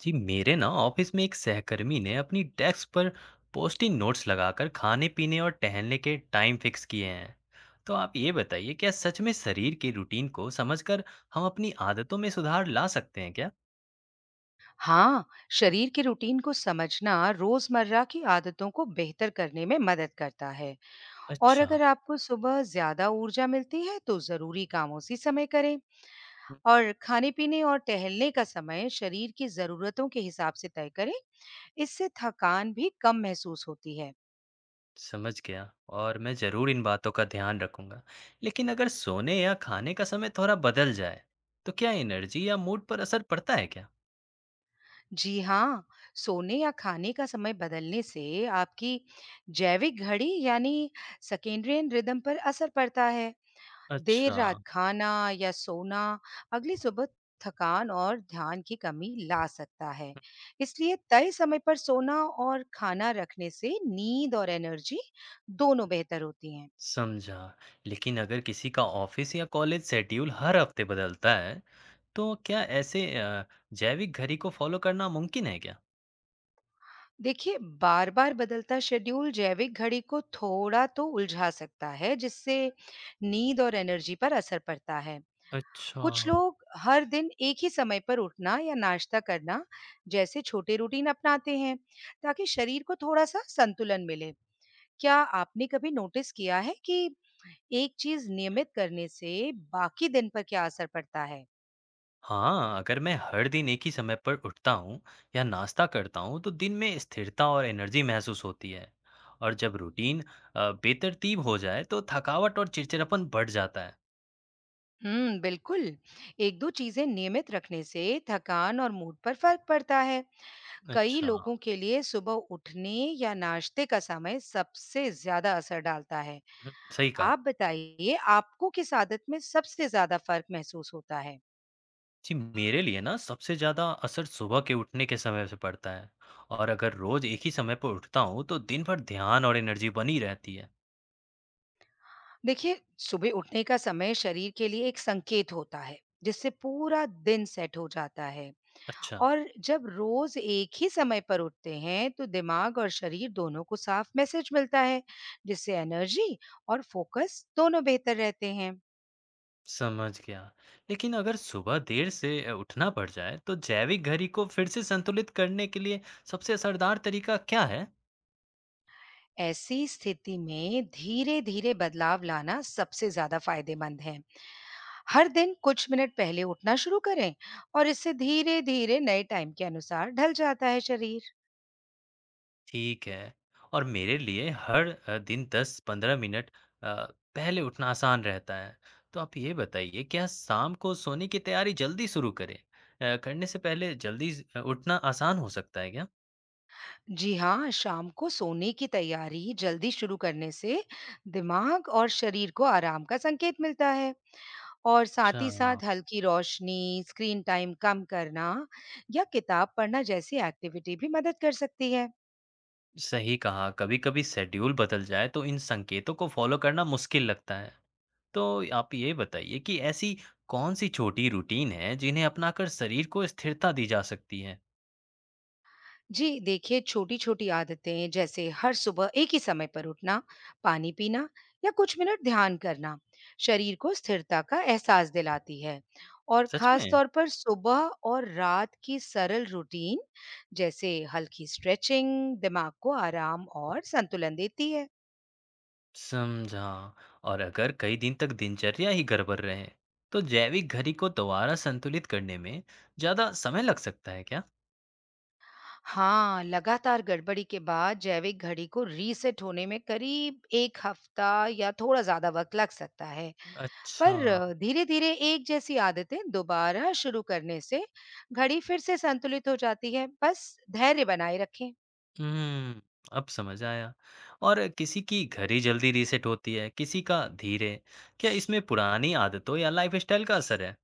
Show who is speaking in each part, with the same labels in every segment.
Speaker 1: जी मेरे ना ऑफिस में एक सहकर्मी ने अपनी डेस्क पर पोस्टिंग नोट्स लगाकर खाने पीने और टहलने के टाइम फिक्स किए हैं। तो आप ये बताइए, क्या सच में शरीर के रूटीन को समझकर हम अपनी आदतों में सुधार ला सकते हैं क्या?
Speaker 2: हाँ, शरीर की रूटीन को समझना रोजमर्रा की आदतों को बेहतर करने में मदद करता है। और
Speaker 1: अच्छा।
Speaker 2: अगर आपको सुबह ज्यादा ऊर्जा मिलती है तो जरूरी काम उसी समय करें।
Speaker 1: हम्म,
Speaker 2: और खाने-पीने और टहलने का समय शरीर की जरूरतों के हिसाब से तय करें। इससे थकान भी कम महसूस होती है।
Speaker 1: समझ गया। और मैं जरूर इन बातों का ध्यान रखूंगा। लेकिन अगर सोने या खाने का समय थोड़ा बदल जाए तो क्या एनर्जी या मूड पर असर पड़ता है क्या?
Speaker 2: जी हाँ, सोने या खाने का समय बदलने से आपकी जैविक घड़ी यानी सर्केडियन रिदम पर असर पड़ता है। देर
Speaker 1: अच्छा।
Speaker 2: रात खाना या सोना अगली सुबह थकान और ध्यान की कमी ला सकता है। इसलिए तय समय पर सोना और खाना रखने से नींद और एनर्जी दोनों बेहतर होती हैं।
Speaker 1: समझा। लेकिन अगर किसी का ऑफिस या कॉलेज शेड्यूल हर हफ्ते बदलता है, तो क्या ऐसे जैविक घड़ी को फॉलो करना मुमकिन है क्या?
Speaker 2: देखिए, बार बार बदलता शेड्यूल जैविक घड़ी को थोड़ा तो उलझा सकता है, जिससे नींद और एनर्जी पर असर पड़ता है।
Speaker 1: अच्छा।
Speaker 2: कुछ लोग हर दिन एक ही समय पर उठना या नाश्ता करना जैसे छोटे रूटीन अपनाते हैं ताकि शरीर को थोड़ा सा संतुलन मिले। क्या आपने कभी नोटिस किया है कि एक चीज नियमित करने से बाकी दिन पर क्या असर पड़ता है?
Speaker 1: हाँ, अगर मैं हर दिन एक ही समय पर उठता हूँ या नाश्ता करता हूँ, तो दिन में स्थिरता और एनर्जी महसूस होती है। और जब रूटीन बेतरतीब हो जाए, तो थकावट और चिड़चिड़ापन बढ़ जाता है।
Speaker 2: बिल्कुल। एक दो चीजें नियमित रखने से थकान और मूड पर फर्क पड़ता है। कई
Speaker 1: अच्छा।
Speaker 2: लोगों के लिए सुबह उठने या नाश्ते का समय सबसे ज्यादा असर डालता है।
Speaker 1: सही कहा।
Speaker 2: आप बताइए, आपको किस आदत में सबसे ज्यादा फर्क महसूस होता है?
Speaker 1: जी, मेरे लिए ना सबसे ज़्यादा असर सुबह के उठने के समय से पड़ता है। और अगर रोज़ एक ही समय पर उठता हूँ तो दिन भर ध्यान और एनर्जी बनी रहती है।
Speaker 2: देखिए, सुबह उठने का समय शरीर के लिए एक संकेत होता है, जिससे पूरा दिन सेट हो जाता है।
Speaker 1: अच्छा।
Speaker 2: और जब रोज एक ही समय पर उठते हैं तो दिमाग और शरीर दोनों को साफ मैसेज मिलता है, जिससे एनर्जी और फोकस दोनों बेहतर रहते हैं।
Speaker 1: समझ गया। लेकिन अगर सुबह देर से उठना पड़ जाए तो जैविक घड़ी को फिर से संतुलित करने के लिए सबसे असरदार तरीका क्या है?
Speaker 2: ऐसी स्थिति में धीरे धीरे बदलाव लाना सबसे ज्यादा फायदेमंद है। हर दिन कुछ मिनट पहले उठना शुरू करें और इससे धीरे धीरे नए टाइम के अनुसार ढल जाता है शरीर।
Speaker 1: ठीक है। और मेरे लिए हर दिन 10-15 मिनट अ, पहले उठना आसान रहता है। तो आप ये बताइए, क्या शाम को सोने की तैयारी जल्दी शुरू करें? करने से पहले जल्दी उठना आसान हो सकता है क्या?
Speaker 2: जी हाँ, शाम को सोने की तैयारी जल्दी शुरू करने से दिमाग और शरीर को आराम का संकेत मिलता है। और साथ
Speaker 1: अच्छा,
Speaker 2: ही साथ हल्की रोशनी, स्क्रीन टाइम कम करना या किताब पढ़ना जैसी एक्टिविटी भी मदद कर सकती है।
Speaker 1: सही कहा। कभी-कभी शेड्यूल बदल जाए तो इन संकेतों को फॉलो करना मुश्किल लगता है। तो आप ये बताइए कि ऐसी कौन-सी छोटी रूटीन है जिन्हें अपनाकर शरीर को स्थिरता दी जा सकती है?
Speaker 2: जी देखिए, छोटी-छोटी आदतें जैसे हर सुबह एक ही समय पर उठना, पानी पीना या कुछ मिनट ध्यान करना शरीर को स्थिरता का एहसास दिलाती है। और
Speaker 1: सच में?
Speaker 2: खास तौर पर सुबह और रात की सरल रूटीन जैसे हल्की स्ट्रेचिंग दिमाग को आराम और संतुलन देती है।
Speaker 1: समझा। और अगर कई दिन तक दिनचर्या ही गड़बड़ रहे तो जैविक घड़ी को दोबारा संतुलित करने में ज्यादा समय लग सकता है क्या?
Speaker 2: हाँ, लगातार गड़बड़ी के बाद जैविक घड़ी को रीसेट होने में करीब 1 हफ्ता या थोड़ा ज़्यादा वक़्त लग सकता है।
Speaker 1: अच्छा।
Speaker 2: पर धीरे-धीरे एक जैसी आदतें दोबारा शुरू करने से घड़ी फिर से संतुलित हो जाती है, बस धैर्य बनाए रखें।
Speaker 1: हम्म। अब समझ आया। और किसी की घड़ी जल्दी रीसेट होती है किसी का धीरे। क्या इसमें पुरानी आदतों या लाइफस्टाइल का असर है?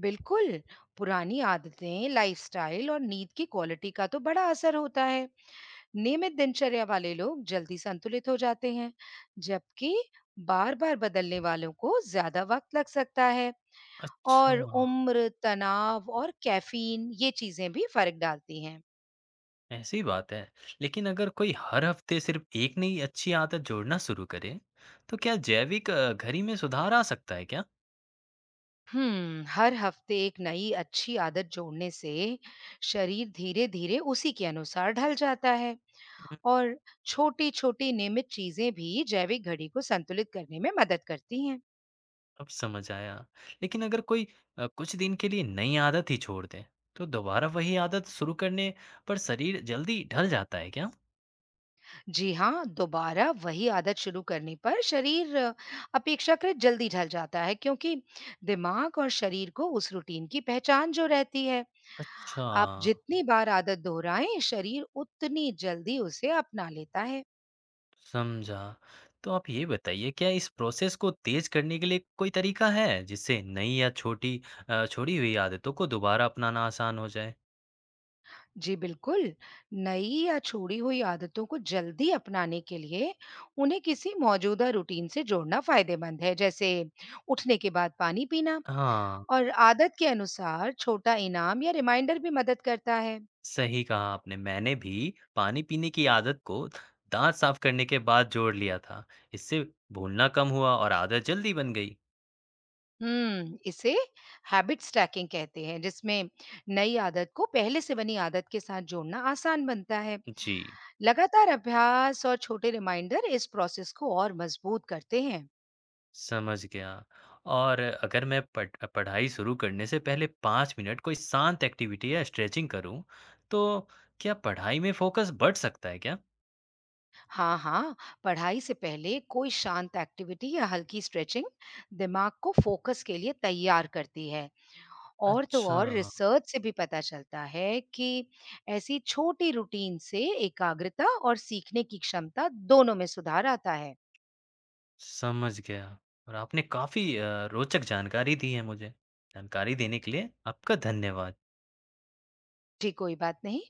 Speaker 2: बिल्कुल, पुरानी आदतें, लाइफ़स्टाइल और नींद की क्वालिटी का तो बड़ा असर होता है। नियमित दिनचर्या वाले लोग जल्दी संतुलित हो जाते हैं, जबकि बार-बार बदलने वालों को ज़्यादा वक़्त लग सकता है।
Speaker 1: अच्छा।
Speaker 2: और उम्र, तनाव और कैफीन ये चीजें भी फर्क डालती हैं।
Speaker 1: ऐसी बात है। लेकिन अगर कोई हर हफ्ते सिर्फ एक नई अच्छी आदत जोड़ना शुरू करे तो क्या जैविक घड़ी में सुधार आ सकता है क्या?
Speaker 2: हर हफ्ते एक नई अच्छी आदत जोड़ने से शरीर धीरे-धीरे उसी के अनुसार ढल जाता है और छोटी-छोटी नियमित चीजें भी जैविक घड़ी को संतुलित करने में मदद करती हैं।
Speaker 1: अब समझ आया। लेकिन अगर कोई कुछ दिन के लिए नई आदत ही छोड़ दे, तो दोबारा वही आदत शुरू करने पर शरीर जल्दी ढल जाता है क्या?
Speaker 2: जी हाँ, दोबारा वही आदत शुरू करने पर शरीर अपेक्षाकृत जल्दी ढल जाता है क्योंकि दिमाग और शरीर को उस रूटीन की पहचान जो रहती है।
Speaker 1: अच्छा,
Speaker 2: आप जितनी बार आदत दोहराएं, शरीर उतनी जल्दी उसे अपना लेता है।
Speaker 1: समझा। तो आप ये बताइए, क्या इस प्रोसेस को तेज करने के लिए कोई तरीका है, जिससे नई या छोटी छोड़ी हुई आदतों को दोबारा अपनाना आसान हो जाए?
Speaker 2: जी बिल्कुल, नई या छोड़ी हुई आदतों को जल्दी अपनाने के लिए उन्हें किसी मौजूदा रूटीन से जोड़ना फायदेमंद है, जैसे उठने के बाद पानी पीना
Speaker 1: हाँ,
Speaker 2: और आदत के अनुसार छोटा इनाम या रिमाइंडर भी मदद करता है।
Speaker 1: सही कहा आपने। मैंने भी पानी पीने की आदत को दांत साफ करने के बाद जोड़ लिया था। इससे भूलना कम हुआ और आदत जल्दी बन गई।
Speaker 2: इसे हैबिट स्टैकिंग कहते हैं, जिसमें नई आदत को पहले से बनी आदत के साथ जोड़ना आसान बनता है।
Speaker 1: जी।
Speaker 2: लगातार अभ्यास और छोटे रिमाइंडर इस प्रोसेस को और मजबूत करते हैं।
Speaker 1: समझ गया। और अगर मैं पढ़ाई शुरू करने से पहले 5 मिनट कोई शांत एक्टिविटी या स्ट्रेचिंग करूँ, तो क्या पढ़ाई में फ़ोकस बढ़ सकता है क्या?
Speaker 2: हाँ हाँ, पढ़ाई से पहले कोई शांत एक्टिविटी या हल्की स्ट्रेचिंग दिमाग को फोकस के लिए तैयार करती है। और तो
Speaker 1: अच्छा,
Speaker 2: और, रिसर्च से भी पता चलता है कि ऐसी छोटी रूटीन से एकाग्रता और सीखने की क्षमता दोनों में सुधार आता है।
Speaker 1: समझ गया। और आपने काफ़ी रोचक जानकारी दी है मुझे। जानकारी देने के लिए आपका धन्यवाद।
Speaker 2: जी कोई बात नहीं।